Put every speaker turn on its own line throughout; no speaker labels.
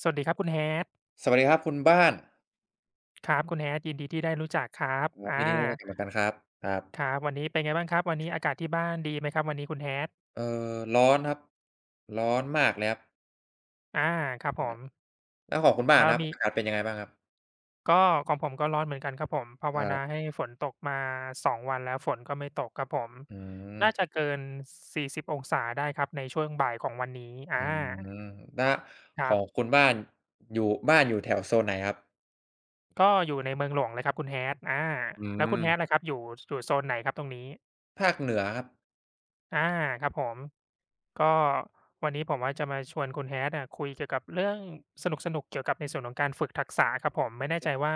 สวัสดีครับคุณแฮ t
สวัสดีครับคุณบ้าน
ครับคุณแฮ t ยินดีที่ได้รู้จักครับ
ครับ
อา
ยินดีที่ได้กลับมากันครับครั
ค
บ
รับวันนี้เป็นไงบ้างครับวันนี้อากาศที่บ้านดีไหมครับวันนี้คุณแฮ t
ร้อนครับร้อนมากเลยครับ
อาครับ
ค
ผ
รั
ม
บแล้วของคุณบ้าน
แล้ว
นะครับ
มี
อากาศเป็นยังไงบ้างครับ
ก็ของผมก็ร้อนเหมือนกันครับผมภาว
ค
นา
รับ
ให้ฝนตกมาสองวันแล้วฝนก็ไม่ตกครับผม
อืม
น่าจะเกินสี่สิบองศาได้ครับในช่วงบ่ายของวันนี้อา
อืมแล้ว
ค
ข
รั
อง
บ
คุณบ้านอยู่บ้านอยู่แถวโซนไหนครับ
ก็อยู่ในเมืองหลวงเลยครับคุณแฮ t อา
อื
แล้วคุณแฮ t ล่ะ
ม
ครับอยู่อยู่โซนไหนครับตรงนี้
ภาคเหนือครับ
อาครับผมก็วันนี้ผมว่าจะมาชวนคุณ Hat อะคุยเกี่ยวกับเรื่องสนุกๆเกี่ยวกับในส่วนของการฝึกทักษะครับผมไม่แน่ใจว่า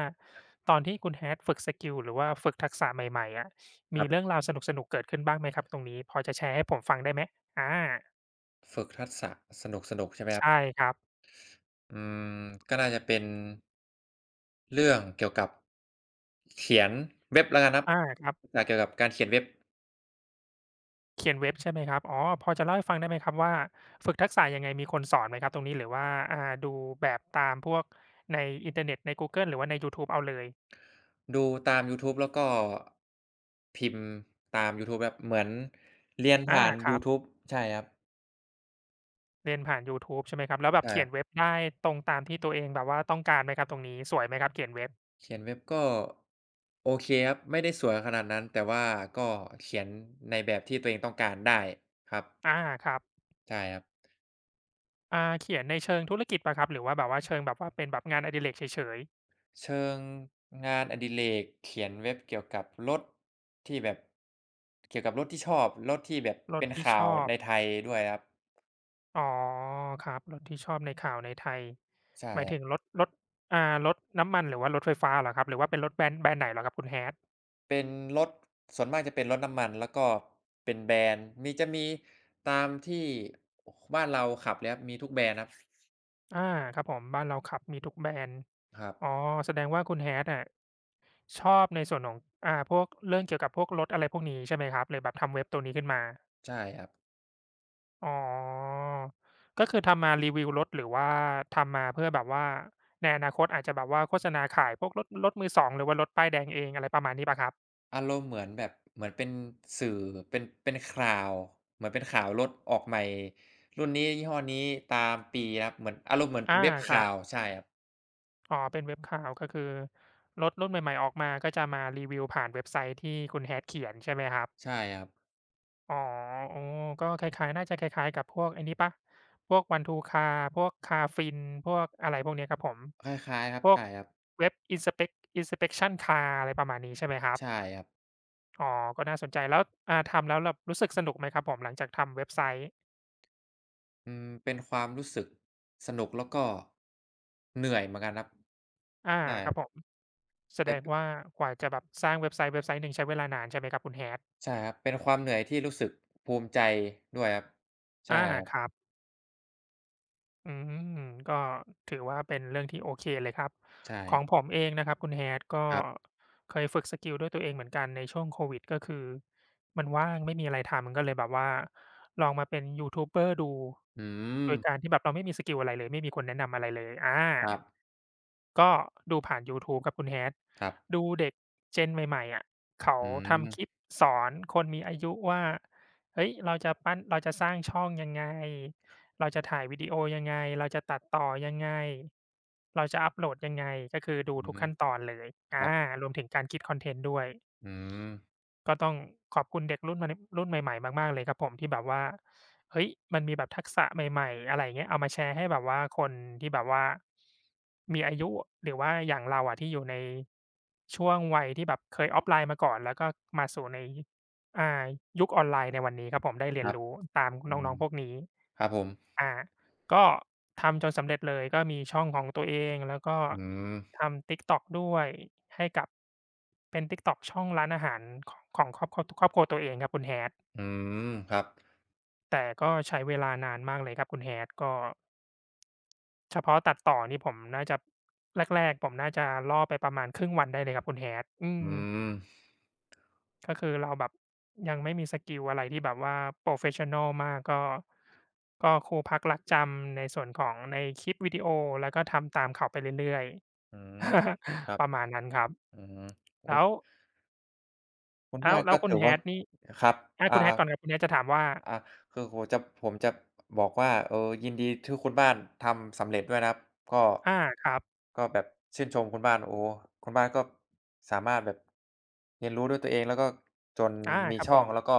ตอนที่คุณ Hat ฝึกสกิลหรือว่าฝึกทักษะใหม่ๆอะ
ค
มี
รั
เรื่อ
บ
งราวสนุกๆเกิดขึ้นบ้างไหมครับตรงนี้พอจะแชร์ให้ผมฟังได้ไหมอา
ฝึกทักษะสนุกๆใช่ไหมครับ
ใช่ครับ
อืมก็น่าจะเป็นเรื่องเกี่ยวกับเขียนเว็บแล้วกันครับ
อาครับ
ศึกษาเกี่ยวกับการเขียนเว็บ
เขียนเว็บใช่ไหมครับอ๋อพอจะเล่าให้ฟังได้ไหมครับว่าฝึกทักษะยังไงมีคนสอนไหมครับตรงนี้หรือว่าอ่าดูแบบตามพวกในอินเทอร์เน็ตในกูเกิลหรือว่าในยูทูบเอาเลย
ดูตามยูทูบแล้วก็พิมพ์ตามยูทูบแบบเหมือนเรียน
อา
ผ่าน
ครั
ยู
บ
ทูบใช่ครับ
เรียนผ่านยูทูบใช่ไหมครับแล้วแบบ
ใช่ค
เขีย
รั
นเว็
บ
บได้ตรงตามที่ตัวเองแบบว่าต้องการไหมครับตรงนี้สวยไหมครับเขียนเว็บ
เขียนเว็บก็โอเคครับไม่ได้สวยขนาดนั้นแต่ว่าก็เขียนในแบบที่ตัวเองต้องการได้ครับ
อาครับ
ใช่ครับ
เขียนในเชิงธุรกิจเปล่าครับหรือว่าแบบว่าเชิงแบบว่าเป็นแบบงานอดิเรกเฉย
เชิงงานอดิเรกเขียนเว็บเกี่ยวกับรถที่แบบเกี่ยวกับรถที่ชอบรถที่แบบ
ๆรถ
เป็น
ที่ช
ข่าว
อบ
ในไทยด้วยครับ
อ๋อครับรถที่ชอบในข่าวในไทย
ใช่
หมาย
ครั
ถึงร
บ
ถรถอ่ารถน้ำมันหรือว่ารถไฟฟ้าเหรอครับหรือว่าเป็นรถแบรนด์แบรนด์ไหนเหรอครับคุณ Hat?
เป็นรถส่วนมากจะเป็นรถน้ำมันแล้วก็เป็นแบรนด์มีจะมีตามที่บ้านเราขับเลยครับมีทุกแบรนด์ครับ
อาครับผมบ้านเราขับมีทุกแบรนด์
ครับ
อ๋อแสดงว่าคุณ Hat อะชอบในส่วนของพวกเรื่องเกี่ยวกับพวกรถอะไรพวกนี้ใช่ไหมครับเลยแบบทำเว็บตัวนี้ขึ้นมา
ใช่ครับ
อ๋อ ก็คือทำมารีวิวรถหรือว่าทำมาเพื่อแบบว่าในอนาคตอาจจะแบบว่าโฆษณาขายพวกรถรถมือ2หรือว่ารถป้ายแดงเองอะไรประมาณนี้เปล่าครับ
อารมณ์เหมือนแบบเหมือนเป็นสื่อเป็นข่าวเหมือนเป็นข่าวรถออกใหม่รุ่นนี้ยี่ห้อนี้ตามปีครับเหมือนอารมณ์เหมือน
อา
เป็นเว็บ
ครั
ข่า
บ
วใช่ครับ
อ๋อ เป็นเว็บข่าวก็คือรถรุ่นใหม่ๆออกมาก็จะมารีวิวผ่านเว็บไซต์ที่คุณ Hat เขียนใช่ไหมครับ
ใช่ครับ
อ๋ออ๋อก็คล้ายๆน่าจะคล้ายๆกับพวกไอ้นี้เปล่าพวก One To Car พวก Carfin พวกอะไรพวกเนี้ยครับผม
คล้ายๆครับ
พวก
ใช่ครับ
เว็บ Inspect Inspection Car อะไรประมาณนี้ใช่ไหมครับ
ใช่ครับ
อ๋อก็น่าสนใจแล้วทำแล้วแบบรู้สึกสนุกไหมครับผม หลังจากทำเว็บไซต์
อืมเป็นความรู้สึกสนุกแล้วก็เหนื่อยเหมือนกันครับ
อา
ใช่
ครับผมแสดง
แต่
ว่ากว่าจะแบบสร้างเว็บไซต์เว็บไซต์หนึ่งใช้เวลานานใช่ไหมครับคุณ Hat?
ใช่ครับ เป็นความเหนื่อยที่รู้สึกภูมิใจด้วยครับ ใช่
อา
ครั
ครั
บ
บอืมก็ถือว่าเป็นเรื่องที่โอเคเลยครับ
ใช่
ข
ค
อ
รั
งผ
บ
มเองนะครับคุณ Hat ก็
ครับ
เคยฝึกสกิลด้วยตัวเองเหมือนกันในช่วงโควิดก็คือมันว่างไม่มีอะไรทำก็เลยแบบว่าลองมาเป็นยูทูบเบอร์ดู
อื
โด
ม
ยการที่แบบเราไม่มีสกิลอะไรเลยไม่มีคนแนะนำอะไรเลยอา
ครับ
ก็ดูผ่านยูทูบครับคุณ Hat
ครับ
ดูเด็ก Gen ใหม่ๆอะเขา
อื
ทำคลิป
ม
สอนคนมีอายุว่าเฮ้ยเราจะปั้นเราจะสร้างช่องยังไงเราจะถ่ายวิดีโอยังไงเราจะตัดต่อยังไงเราจะอัปโหลดยังไงก็คือดู
อื
ทุก
ม
ขั้นตอนเลย
ค
อา
รับ
รวมถึงการคิดคอนเทนต์ด้วย
อืม
ก็ต้องขอบคุณเด็กรุ่นมนรุ่นใหม่ๆมากๆเลยครับผมที่แบบว่าเฮ้ยมันมีแบบทักษะใหม่ๆอะไรอย่างเงี้ยเอามาแชร์ให้แบบว่าคนที่แบบว่ามีอายุหรือว่าอย่างเราอะที่อยู่ในช่วงวัยที่แบบเคยออฟไลน์มาก่อนแล้วก็มาสู่ในอ่ายุคออนไลน์ในวันนี้ครับผมได้
ค
เรียน
รับ
รู้ตาม
อื
น้
ม
องๆพวกนี้
ครับผม
อาก็ทำจนสำเร็จเลยก็มีช่องของตัวเองแล้วก็
อืม
ทำ TikTok ด้วยให้กับเป็น TikTok ช่องร้านอาหารขของครอบครัวตัวเองครับคุณ Hat
อืมครับ
แต่ก็ใช้เวลานานมากเลยครับคุณ Hat ก็เฉพาะตัดต่อนี่ผมน่าจะแรกๆผมน่าจะล่อไปประมาณครึ่งวันได้เลยครับคุณ Hat อืม
อืม
ก็คือเราแบบยังไม่มีสกิลอะไรที่แบบว่าโปรเฟสชันนอลมากก็ครูพักรักจำในส่วนของในคลิปวิดีโอแล้วก็ทำตามเขาไปเรื่อยๆ
อืมครับ
ประมาณนั้นครับ
อืมโอ้
แล้ว
คุณ
แล้
บ้า
ว
น
แล้
ก็
วคุณ
ถือว่า
Hat นี่
ครับ
อา
อา
คุณ Hat ก่อนครับคุณ Hat จะถามว่า
อ่าคือผมจะบอกว่าเออยินดีที่คุณบ้านทำสำเร็จด้วยนะครับก็
อาครับ
ก็แบบชื่นชมคุณบ้านโอ้โฮคุณบ้านก็สามารถแบบเรียนรู้ด้วยตัวเองแล้วก็จน
อา
มี
ครับ
ช่
ผ
อง
ม
แล้วก็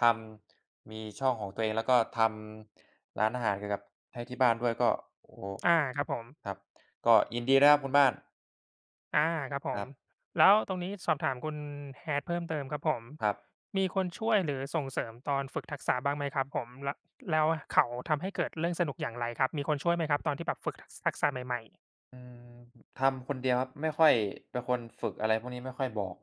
ทำมีช่องของตัวเองแล้วก็ทำร้านอาหารเกี่ยวกับให้ที่บ้านด้วยก็โอ้โฮ
อาครับผม
ครับก็ยินดีนะครับคุณบ้าน
อาครับผ
ค
ม
รับ
แล้วตรงนี้สอบถามคุณ Hat เพิ่มเติมครับผม
ครับ
มีคนช่วยหรือส่งเสริมตอนฝึกทักษะบ้างไหมครับผมแล้วเขาทำให้เกิดเรื่องสนุกอย่างไรครับมีคนช่วยไหมครับตอนที่แบบฝึกทักษะใหม่ๆ
อืมทำคนเดียวครับไม่ค่อยเป็นคนฝึกอะไรพวกนี้ไม่ค่อยบอก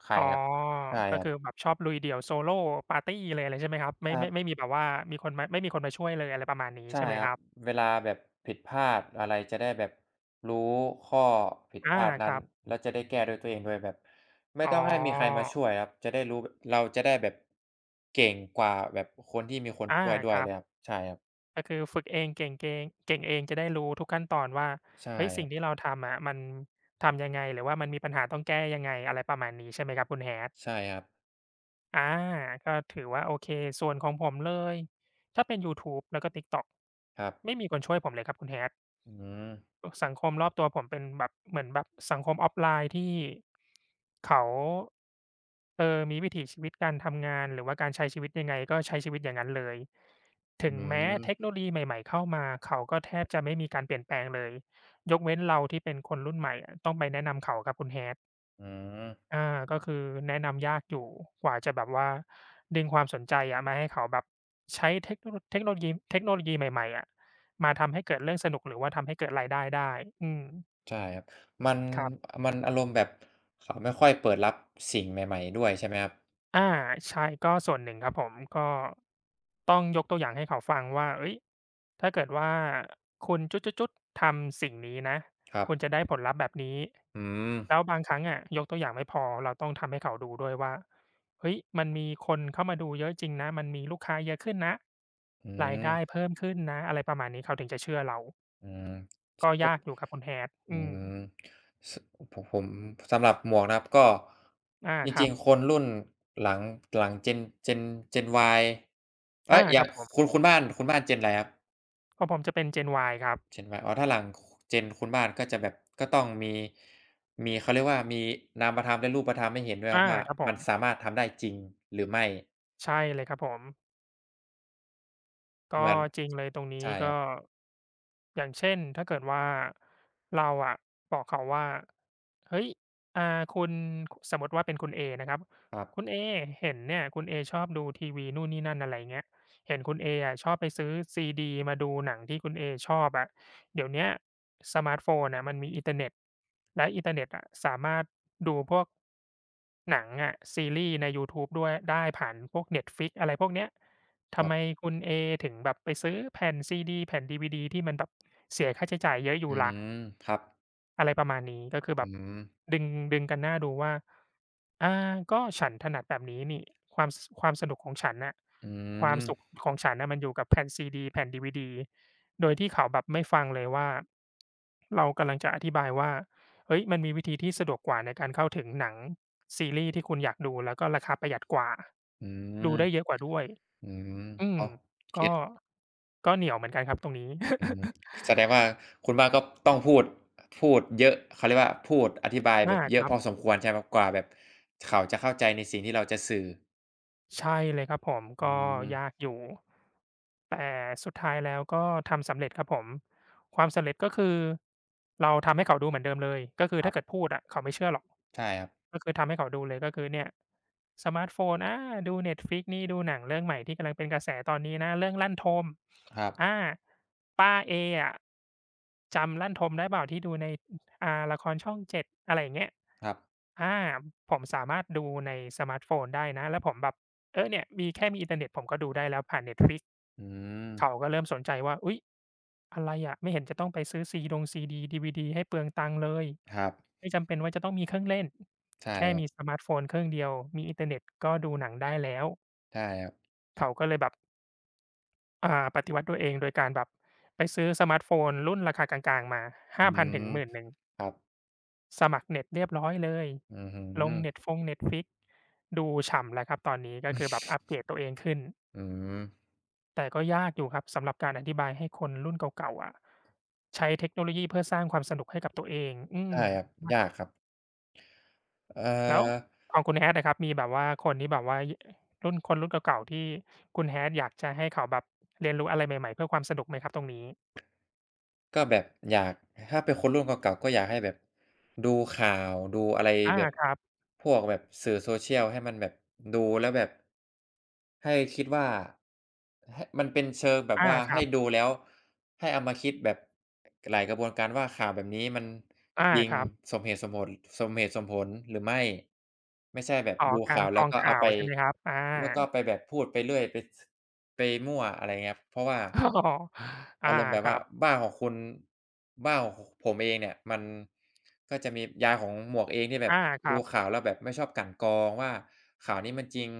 ใคร
อ๋อ
ครับใช่
ก็
ครั
คือ
บ
แบบชอบลุยเดี่ยวโซโลปาร์ตีเลยอะไรใช่ไหมครับไม่
ครั
ไม่
บ
ไม่มีแบบว่ามีคนมาไม่มีคนมาช่วยเลยอะไรประมาณนี้
ใช่
ใช่ไหม
ครั
ค
บ
รับ
เวลาแบบผิดพลาดอะไรจะได้แบบรู้ข้อผิดพ
อา
ลาด
ค
นั้น
รับ
แล้วจะได้แก้ด้วยตัวเองด้วยแบบไม่
อ๋อ
ต้องให้มีใครมาช่วยครับจะได้รู้เราจะได้แบบเก่งกว่าแบบคนที่มีคน
อา
ช่วยด้ว
ค
ย
รั
เล
บ
ยครับใช่ครับ
ก็คือฝึกเองเก่งเองเก่งเองจะได้รู้ทุกขั้นตอนว่า
ใช่
เฮ้ย
ค
สิ่
รั
ง
บ
ที่เราทำอะมันทำยังไงหรือว่ามันมีปัญหาต้องแก้ยังไงอะไรประมาณนี้ใช่ไหมครับคุณ Hat?
ใช่ครับ
อาก็ถือว่าโอเคส่วนของผมเลยถ้าเป็นยูทูบแล้วก็ TikTok
ครับ
ไม่มีคนช่วยผมเลยครับคุณ Hat
อืม
สังคมรอบตัวผมเป็นแบบเหมือนแบบสังคมออฟไลน์ที่เขาเออมีวิถีชีวิตการทำงานหรือว่าการใช้ชีวิตยังไงก็ใช้ชีวิตอย่างนั้นเลย
อื
ถึงแม้
ม
เทคโนโลยีใหม่ๆเข้ามาเขาก็แทบจะไม่มีการเปลี่ยนแปลงเลยยกเว้นเราที่เป็นคนรุ่นใหม่อะต้องไปแนะนำเขาครับคุณ Hat
อืม
อาก็คือแนะนำยากอยู่กว่าจะแบบว่าดึงความสนใจอะมาให้เขาแบบใช้เทคโนโลยีใหม่ๆอะมาทำให้เกิดเรื่องสนุกหรือว่าทำให้เกิดรายได้ได้อืม
ใช่ครับมัน
ครับ
มันอารมณ์แบบเขาไม่ค่อยเปิดรับสิ่งใหม่ๆด้วยใช่ไหมครับ
อาใช่ก็ส่วนหนึ่งครับผมก็ต้องยกตัวอย่างให้เขาฟังว่าเฮ้ยถ้าเกิดว่าคุณจุ๊ดๆๆทำสิ่งนี้นะ
ครับ
คุณจะได้ผลลัพธ์แบบนี้
อืม
แล้วบางครั้งอะยกตัวอย่างไม่พอเราต้องทำให้เขาดูด้วยว่าเฮ้ยมันมีคนเข้ามาดูเยอะจริงนะมันมีลูกค้าเยอะขึ้นนะ
อื
รายได้
ม
เพิ่มขึ้นนะอะไรประมาณนี้เขาถึงจะเชื่อเรา
อืม
ก็ยากอยู่ครับคุณ Hat
อื
อืม
มสผมสำหรับหมวกนะครับก็
อา
จ
ครั
ริ
บ
งๆคนรุ่นหลังหลัง Gen Gen Gen Y เอ๊
อา
ยอ
ค
ย่า
รั
ง
บผ
คุณ
ม
คุณบ้านคุณบ้าน Gen อะไรครับ
ของผมจะเป็น Gen Y ครับ
Gen Y อ๋อถ้าหลัง Gen คุณบ้านก็จะแบบก็ต้องมีมีเขาเรียกว่ามีนามธรรมและรูปธรรมให้เห็นด้วยค
อา
รับว่า
ครับผ
มัน
ม
สามารถทำได้จริงหรือไม่
ใช่เลยครับผม
เห
ก็
มือน
จริงเลยตรงนี้
ใช่ครั
ก็
บ
อย่างเช่นถ้าเกิดว่าเราอะบอกเขาว่าเฮ้ยอ่าคุณสมมติว่าเป็นคุณเอนะครับ
ครั
คุณ
บ
เอเห็นเนี่ยคุณเอชอบดูทีวีนู่นนี่นั่นอะไร่เงี้ยเห็นคุณเออะชอบไปซื้อซีดีมาดูหนังที่คุณเอชอบอะเดี๋ยวเนี้ยสมาร์ทโฟนนะมันมีอินเทอร์เน็ตและอินเทอร์เน็ตอะสามารถดูพวกหนังอะซีรีส์ในยูทูบด้วยได้ผ่านพวก Netflix อะไรพวกเนี้ย
ค
ทำ
รั
ไม
บ
คุณเอถึงแบบไปซื้อแผ่นซีดีแผ่นดีวีดีที่มันแบบเสียค่าใช้จ่ายเยอะอยู่
อื
ล่ะ
มครับ
อะไรประมาณนี้ก็คือแบ
อื
บ
ม
ดึงดึงกันหน้าดูว่าอาก็ฉันถนัดแบบนี้นี่ความสนุกของฉันน่ะ
อื
ความสุข
ม
ของฉันน่ะมันอยู่กับแผ่นซีดีแผ่นดีวีดีโดยที่เขาแบบไม่ฟังเลยว่าเรากำลังจะอธิบายว่าเฮ้ยมันมีวิธีที่สะดวกกว่าในการเข้าถึงหนังซีรีส์ที่คุณอยากดูแล้วก็ราคาประหยัดกว่า
อืม
ดูได้เยอะกว่าด้วย
อืม
อื
อ๋
ม
อเก็
ก็
ต
ก็เหนียวเหมือนกันครับตรงนี้
อืมแสดงว่าคุณบ้านก็ต้องพูดพูดเยอะเขาเรียกว่าพูดอธิบายแบ
อา
บเย
ค
อะ
รั
พ
บ
อสมควรใช่ไหมครับกว่าแบบเขาจะเข้าใจในสิ่งที่เราจะสื่อ
ใช่เลยครับผม
อื
ก็
ม
ยากอยู่แต่สุดท้ายแล้วก็ทำสำเร็จครับผมความสำเร็จก็คือเราทำให้เขาดูเหมือนเดิมเลยก็คือ
ครั
ถ้าเกิด
บ
พูดอะเขาไม่เชื่อหรอก
ใช่ครับ
ก็คือทำให้เขาดูเลยก็คือเนี่ยสมาร์ตโฟนอาดู Netflix นี่ดูหนังเรื่องใหม่ที่กำลังเป็นกระแสตอนนี้นะเรื่องลั่นทม
ครับ
อาป้าเออะจำลั่นทมได้เปล่าที่ดูในละครช่อง7อะไรอย่างเงี้ย
ครับ
อาผมสามารถดูในสมาร์ตโฟนได้นะแล้วผมแบบเออเนี่ยมีแค่มีอินเทอร์เน็ตผมก็ดูได้แล้วผ่าน Netflix
อื
เขา
ม
ก็เริ่มสนใจว่าอุ๊ยอะไรอะไม่เห็นจะต้องไปซื้อซีดงซีดีดีวีดีให้เปลืองตังค์เลย
ครับ
ไม่จำเป็นว่าจะต้องมีเครื่องเล่น
ใช่
แค่
ครั
มี
บ
สมาร์ตโฟนเครื่องเดียว มีอินเทอร์เน็ตก็ดูหนังได้แล้ว
ใช่ครับ
เขาก็เลยแบบอ่าปฏิวัติตัวเองโดยการแบบไปซื้อสมาร์ตโฟนรุ่นราคากลางๆมา
อื
5,000ถึ
ม
ง1 0 0 0ง
ครับ
สมัครเน็ตเรียบร้อยเลย
อือฮึ
ลงเน็ตฟง Netflix ดูฉ่ำแล้วครับตอนนี้ก็คือแบบอัปเกรดตัวเองขึ้น
อืม
แต่ก็ยากอยู่ครับสำหรับการอธิบายให้คนรุ่นเก่าๆอะใช้เทคโนโลยีเพื่อสร้างความสนุกให้กับตัวเองอื
ใช่
ม
ครับยากครับเอ่
แล้ว
อ
ของคุณ Hat อะครับมีแบบว่าคนที่แบบว่ายคนรุ่นเก่าๆที่คุณ Hat อยากจะให้เขาแบบเรียนรู้อะไรใหม่ๆเพื่อความสนุกไหมครับตรงนี้
ก็แบบอยากถ้าเป็นคนรุ่นเก่าๆก็อยากให้แบบดูข่าวดูอะไร
อา
แบบ
ครับ
พวกแบบสื่อ Social ให้มันแบบดูแล้วแบบให้คิดว่าให้มันเป็นเชิงแบบ
อา
ว่า
ครั
ให้
บ
ดูแล้วให้เอามาคิดแบบหลายกระบวนการว่าข่าวแบบนี้มัน
อา
จริง
ครับ
สมเหตุสมผลสมเหตุสมผลหรือไม่ไม่ใช่แบบ
อ๋อ
ดู
การ
ข่าว
กร
แล้ว
อง
ก็เอา
ข่า
ไป
วใช่ไหมครับอา
แล้วก็ไปแบบพูดไปเรื่อยไปสไปมั่วอะไรเงี้ยครับเพราะว่า
อ๋ออา
อารมณ์แบบ
ครั
ว่า
บ
บ้านของคุณบ้านของขผมเองเนี่ยมันก็จะมียายของหมวกเองที่แบบ
อาค
ดู
รับ
ข่าวแล้วแบบไม่ชอบกลั่นกรองว่าข่าวนี้มันจริง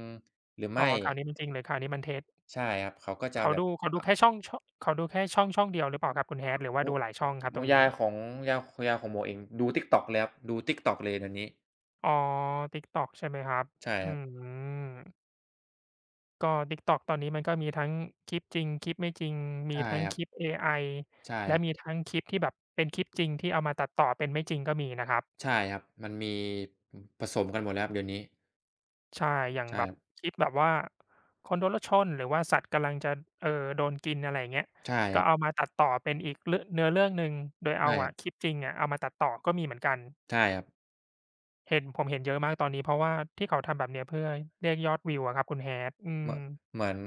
หรือ
อ๋อ
ไม่
ข่าวนี้มันจริงหรือข่าวนี้มันเท็จ
ใช่ครับเขาก็จะ
เขา
แบบ
ดูเขา
อ
ดูแค่ช่องชเขาดูแค่ช่องช่องเดียวหรือเปล่าครับคุณ Hat หรือว่า
โอ้
ดูหลาย
โอ้
ช่องครับต
โอ้
รง
ยา
นี้
ยของยายยายของหมวกเองดู TikTok เลยครับดู TikTok เลยเดี๋ยวนี้
อ๋อ TikTok ใช่ไหมครับ
ใช่
อื
ครับ
ม ก็ TikTok ตอนนี้มันก็มีทั้งคลิปจริงคลิปไม่จริงมี
ใช่
ทั้ง
ครั
ค
บ
ลิปเอไอ
ใช่
และ
ค
มี
รับ
ทั้งคลิปที่แบบเป็นคลิปจริงที่เอามาตัดต่อเป็นไม่จริงก็มีนะครับ
ใช่ครับมันมีอืมผสมกันหมดแล้วครับเดี๋ยวนี้
ใช่อย่าง
ใช่
แบ
ค
บ
รับ
คลิปแบบว่าคนโดนรถชนหรือว่าสัตว์กำลังจะเอ่อโดนกินอะไรอย่างเงี้ย
ใช่ค
ก็
รั
เอา
บ
มาตัดต่อเป็นอีกเนื้อเรื่องหนึ่งโดย
ใช่
เอา
ค
อะ
รั
ค
บ
ลิปจริงอะเอามาตัดต่อก็มีเหมือนกัน
ใช่ครับ
เห็นผมเห็นเยอะมากตอนนี้เพราะว่าที่เขาทำแบบเนี้ยเพื่อเรียกยอดวิวอะครับคุณ Hat อื
เห
ม
มือนเหมือน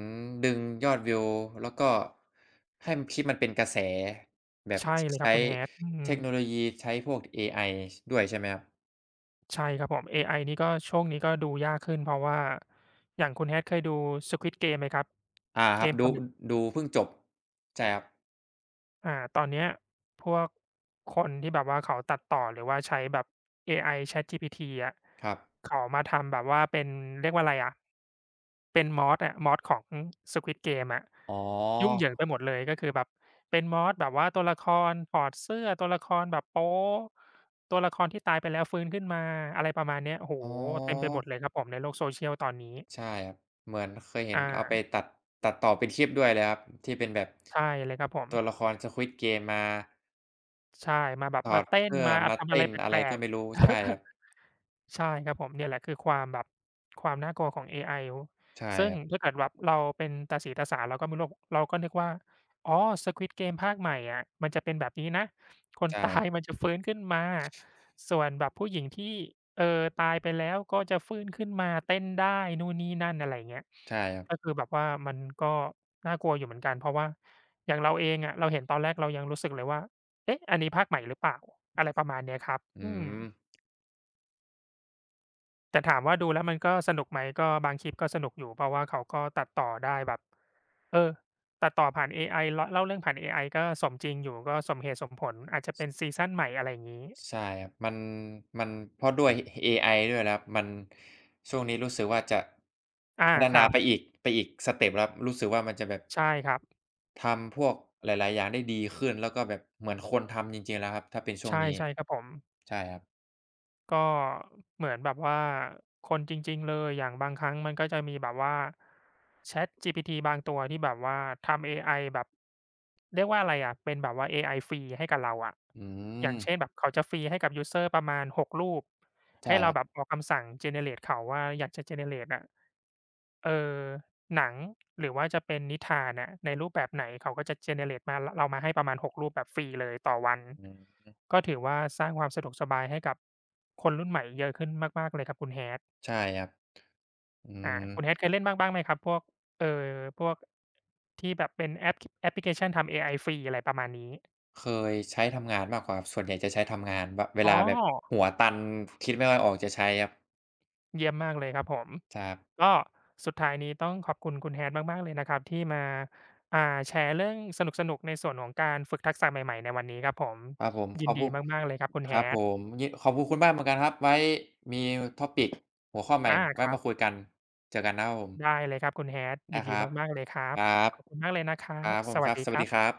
ดึงยอดวิวแล้วก็ให้มันคลิปมันเป็นกระแสแบบ
ใช่
ช
เลยครับ
ใช้
คุณ Hat อืม
เทคโนโลยีใช้พวกเอไอด้วยใช่ไหมครับ
ใช่ครับผมเอไอนี่ก็ช่วงนี้ก็ดูยากขึ้นเพราะว่าอย่างคุณ Hat เคยดู Squid Game ไหมครับ
อาค
เก
รับ
มป
ดู
ลาหมึก
ดูเพิ่งจบใช่ครับ
อ่าตอนเนี้ยพวกคนที่แบบว่าเขาตัดต่อหรือว่าใช้แบบเอไอ ChatGPT อะ
ครับ
เขามาทำแบบว่าเป็นเรียกว่าอะไรอะ เป็นมอสอะมอสของ Squid Game อะ
อ๋อ
ยุ่งเหยิงไปหมดเลยก็คือแบบเป็นมอสแบบว่าตัวละครถอดเสื้อตัวละครแบบโป๊ะตัวละครที่ตายไปแล้วฟื้นขึ้นมาอะไรประมาณเนี้ยโอ้โฮ
อ๋อ
เต็มไปหมดเลยครับผมในโลก social ตอนนี้
ใช่ครับเหมือนเคยเห็นเอาไป
อา
ตัดตัดต่อเป็นคลิปด้วยเลยครับที่เป็นแบบ
ใช่เลยครับผม
ตัวละคร Squid Game มา
ใช่มาแบบ
ถอ
มา
ด
เต้น
เสื้อ
มา
มา
ทำอะไร
เต้น
แป
อะไร
ล
ก็
ก
ไม่รู้ใช่ครับ
ๆ ใช่ครับผมเนี่ยแหละคือความน่ากลัวของเอไอ
ใช่
ซึ่
ค
ง
รับ
ถ้าเกิดแบบเราเป็นตาสีตาสาเราก็ไม่รู้เราก็นึกว่าอ๋อ Squid Game ภาคใหม่อะมันจะเป็นแบบนี้นะคน
ใช่
ตา
ครั
ยมั
บ
นจะฟื้นขึ้นมาส่วนแบบผู้หญิงที่เอ่อตายไปแล้วก็จะฟื้นขึ้นมาเต้นได้นู่นนี่นั่นอะไรอย่างเงี้ย
ใช่ครั
ก็
บ
คือแบบว่ามันก็น่ากลัวอยู่เหมือนกันเพราะว่าอย่างเราเองอะเราเห็นตอนแรกเรายังรู้สึกเลยว่าเอ๊ะอันนี้ภาคใหม่หรือเปล่าอะไรประมาณเนี้ยครับ
อื
อืม
ม
แต่ถามว่าดูแล้วมันก็สนุกไหมก็บางคลิปก็สนุกอยู่เพราะว่าเขาก็ตัดต่อได้แบบเออตัดต่อผ่านเอไอเล่าเรื่องผ่านเอไอก็สมจริงอยู่ก็สมเหตุสมผลอาจจะเป็นซีซันใหม่อะไรอย่างงี้
ใช่ครับมันมันเพราะด้วยเอไอด้วยแหละครับมันช่วงนี้รู้สึกว่าจะ
อา
พัฒ
ค
นา
รับ
ไปอีกไปอีกสเต็ปแล้วครับรู้สึกว่ามันจะแบบ
ใช่ครับ
ทำพวกหลายๆอย่างได้ดีขึ้นแล้วก็แบบเหมือนคนทำจริงๆแล้วครับถ้าเป็นช่วง
ใช่
นี้
ใช่ครับผม
ใช่ครับ
ก็เหมือนแบบว่าคนจริงๆเลยอย่างบางครั้งมันก็จะมีแบบว่า ChatGPT บางตัวที่แบบว่าทำเอไอแบบเรียกว่าอะไรอะเป็นแบบว่าเอไอฟรีให้กับเราอะ
อื
อย่างเช่น
ม
แบบเขาจะฟรีให้กับยูสเซอร์ประมาณ6รูปให้
ใช่
เรา
ครั
แบบ
บ
ออกคำสั่ง generate เขาว่าอยากจะ generate อะ เอ่อหนังหรือว่าจะเป็นนิทานน่ะในรูปแบบไหนเขาก็จะ generate มาเรามาให้ประมาณ6รูปแบบฟรีเลยต่อวัน
อืม
ก็ถือว่าสร้างความสะดวกสบายให้กับคนรุ่นใหม่เยอะขึ้นมากๆเลยครับคุณ Hat
ใช่ครับอื
อา
ม
คุณ Hat เคยเล่นบ้างไหมครับพวกเอ่อพวกที่แบบเป็นแอปแอปพลิเคชันทำเอไอฟรีอะไรประมาณนี้
เคยใช้ทำงานมากกว่าครับส่วนใหญ่จะใช้ทำงานแบบเว
อ๋
ลาแบบ
อ
หัวตันคิดไม่ค่อยออกจะใช้ครับ
เยี่ยมมากเลยครับผม
ใช่ครับ
ก็สุดท้ายนี้ต้องขอบคุณคุณ Hat มากๆเลยนะครับที่มาอ่าแชร์เรื่องสนุกๆในส่วนของการฝึกทักษะใหม่ๆในวันนี้ครับผม
ครับผมข
ยิ
อ
น
บคุ
ดี
ณ
มากๆเลยครับคุณ
ครับผ
Hat
มยีขอบคุณคุณบ้านเหมือนกันครับ ไว้มี topic หัวข้อใหม่
อาค
ไว้
รั
มาคุ
บ
ยกันเจอกันนะครับผ
ได้
ม
เลยครับคุณ Hat
ได้
ยิน
ค
ดี
รับ
มากๆเลยครั
ค
บ
รับ
ขอบคุณมากเลยนะครั
ค
บ
รับขอบ
ส
คุณ
วั
ค
ส
รับ
ดี
ส
ค
วัส
รั
ดีค
บ
รับ